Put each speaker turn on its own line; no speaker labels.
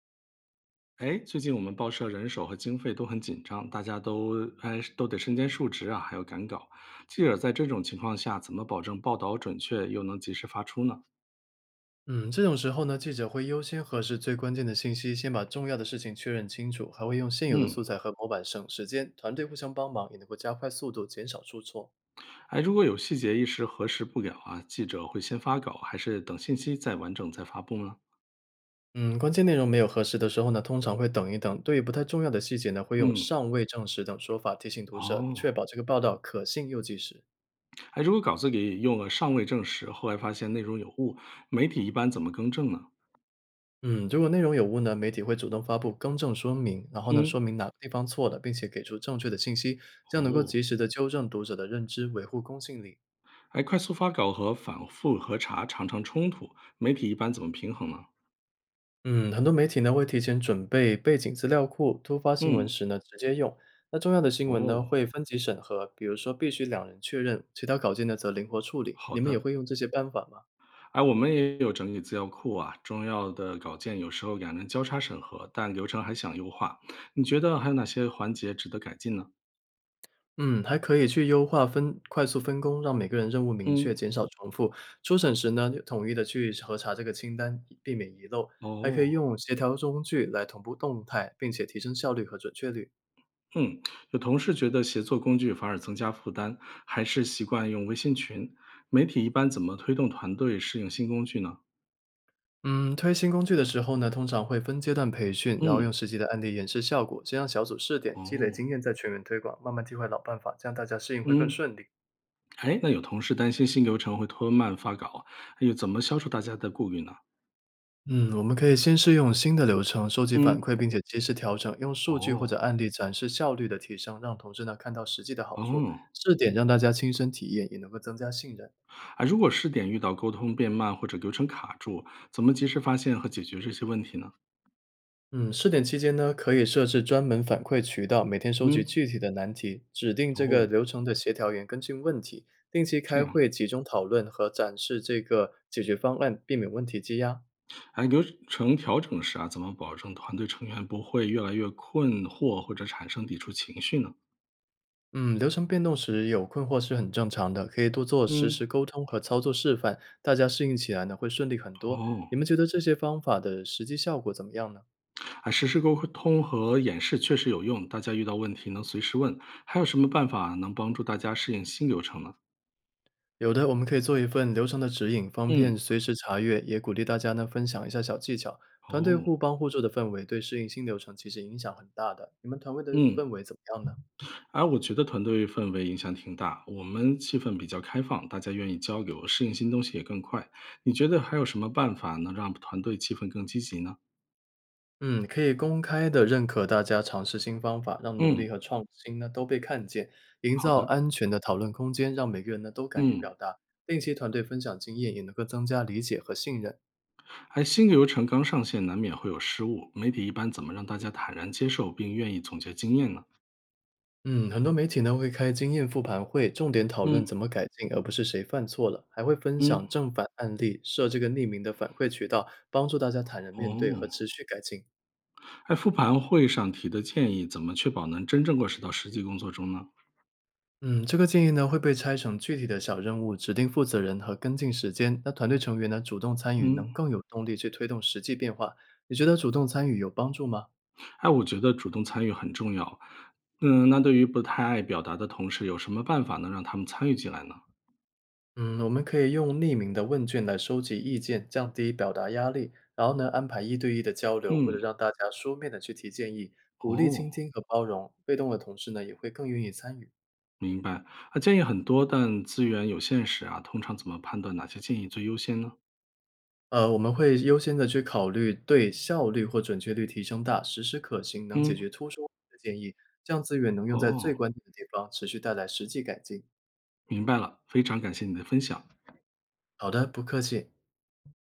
哎，最近我们报社人手和经费都很紧张，大家都都得身兼数职啊，还要赶稿。记者在这种情况下，怎么保证报道准确又能及时发出呢？
嗯，这种时候呢，记者会优先核实最关键的信息，先把重要的事情确认清楚，还会用现有的
嗯，
素材和模板省时间，团队互相帮忙也能够加快速度，减少出错。
哎，如果有细节一时核实不了啊，记者会先发稿，还是等信息再完整再发布呢？
嗯，关键内容没有核实的时候呢，通常会等一等。对于不太重要的细节呢，会用
嗯，
“尚未证实”等说法提醒读者，
哦，
确保这个报道可信又及时。
哎，如果稿子里用了尚未证实，后来发现内容有误，媒体一般怎么更正呢？
嗯，如果内容有误呢，媒体会主动发布更正说明，然后呢，
嗯，
说明哪个地方错了，并且给出正确的信息，这样能够
哦，
及时的纠正读者的认知，维护公信力。
哎，快速发稿和反复核查常常冲突，媒体一般怎么平衡呢？
嗯，很多媒体呢会提前准备背景资料库，突发新闻
嗯，
时呢直接用。那重要的新闻呢
哦，
会分级审核，比如说必须两人确认，其他稿件呢则灵活处理。
好
你们也
的。
会用这些办法吗？
哎，我们也有整理资料库啊，重要的稿件有时候两人交叉审核，但流程还想优化。你觉得还有哪些环节值得改进呢？
嗯，还可以去优化分快速分工，让每个人任务明确，
嗯，
减少重复。初审时呢，统一的去核查这个清单，以避免遗漏。还可以
哦，
用协调工具来同步动态，并且提升效率和准确率。
嗯，有同事觉得协作工具反而增加负担，还是习惯用微信群。媒体一般怎么推动团队适应新工具呢？
嗯，推新工具的时候呢，通常会分阶段培训，然后
嗯，
用实际的案例演示效果，先让小组试点，积累
哦，
经验，再全员推广，慢慢替换老办法，这样大家适应会更
嗯，
顺利。
哎，那有同事担心新流程会拖慢发稿，又怎么消除大家的顾虑呢？
嗯，我们可以先试用新的流程，收集反
嗯，
馈，并且及时调整，用数据或
哦，
者案例展示效率的提升，让同事呢看到实际的好处。
哦。
试点让大家亲身体验，也能够增加信任。
啊，如果试点遇到沟通变慢或者流程卡住，怎么及时发现和解决这些问题呢？
嗯，试点期间呢，可以设置专门反馈渠道，每天收集
嗯，
具体的难题，指定这个
哦，
流程的协调员跟进问题，定期
这
开
样，
会集中讨论和展示这个解决方案，避免问题积压。
哎，流程调整时啊，怎么保证团队成员不会越来越困惑或者产生抵触情绪呢？
嗯，流程变动时有困惑是很正常的，可以多做实时
嗯，
沟通和操作示范，大家适应起来呢会顺利很多。
哦，
你们觉得这些方法的实际效果怎么样呢？
啊，实时沟通和演示确实有用，大家遇到问题能随时问。还有什么办法能帮助大家适应新流程呢？
有的，我们可以做一份流程的指引，方便
嗯，
随时查阅，也鼓励大家呢分享一下小技巧。团队
哦，
互帮互助的氛围对适应新流程其实影响很大的。你们团队的
嗯，
氛围怎么样呢？
哎，我觉得团队氛围影响挺大。我们气氛比较开放，大家愿意交流，适应新东西也更快。你觉得还有什么办法能让团队气氛更积极呢？
嗯，可以公开的认可大家尝试新方法，让努力
嗯，
和创新呢都被看见，营
好
造
的。
安全的讨论空间，让每个人呢都敢于表
嗯，
达。定期团队分享经验，也能够增加理解和信任。
哎，新流程刚上线，难免会有失误。媒体一般怎么让大家坦然接受并愿意总结经验呢？
嗯，很多媒体呢会开经验复盘会，重点讨论怎
嗯，
么改进，而不是谁犯错了，还会分享
嗯，
正反案例，设这个匿名的反馈渠道，帮助大家坦然面对
哦，
和持续改进。
哎，复盘会上提的建议，怎么确保能真正落实到实际工作中呢？
嗯，这个建议呢会被拆成具体的小任务，指定负责人和跟进时间。那团队成员呢主动参与，
嗯，
能更有动力去推动实际变化。你觉得主动参与有帮助吗？
哎，我觉得主动参与很重要，嗯，那对于不太爱表达的同事，有什么办法能让他们参与进来呢？
嗯，我们可以用匿名的问卷来收集意见，降低表达压力，然后呢，安排一对一的交流，或者
嗯，
让大家书面的去提建议，鼓励
哦，
倾听和包容，被动的同事呢也会更愿意参与。
明白。啊，建议很多，但资源有限时啊，通常怎么判断哪些建议最优先呢？
我们会优先的去考虑对效率或准确率提升大、实施可行、能解
嗯，
决突出问题的建议，这样资源能用在最
哦，
关键的地方，持续带来实际改进。
明白了，非常感谢你的分享。
好的，不客气。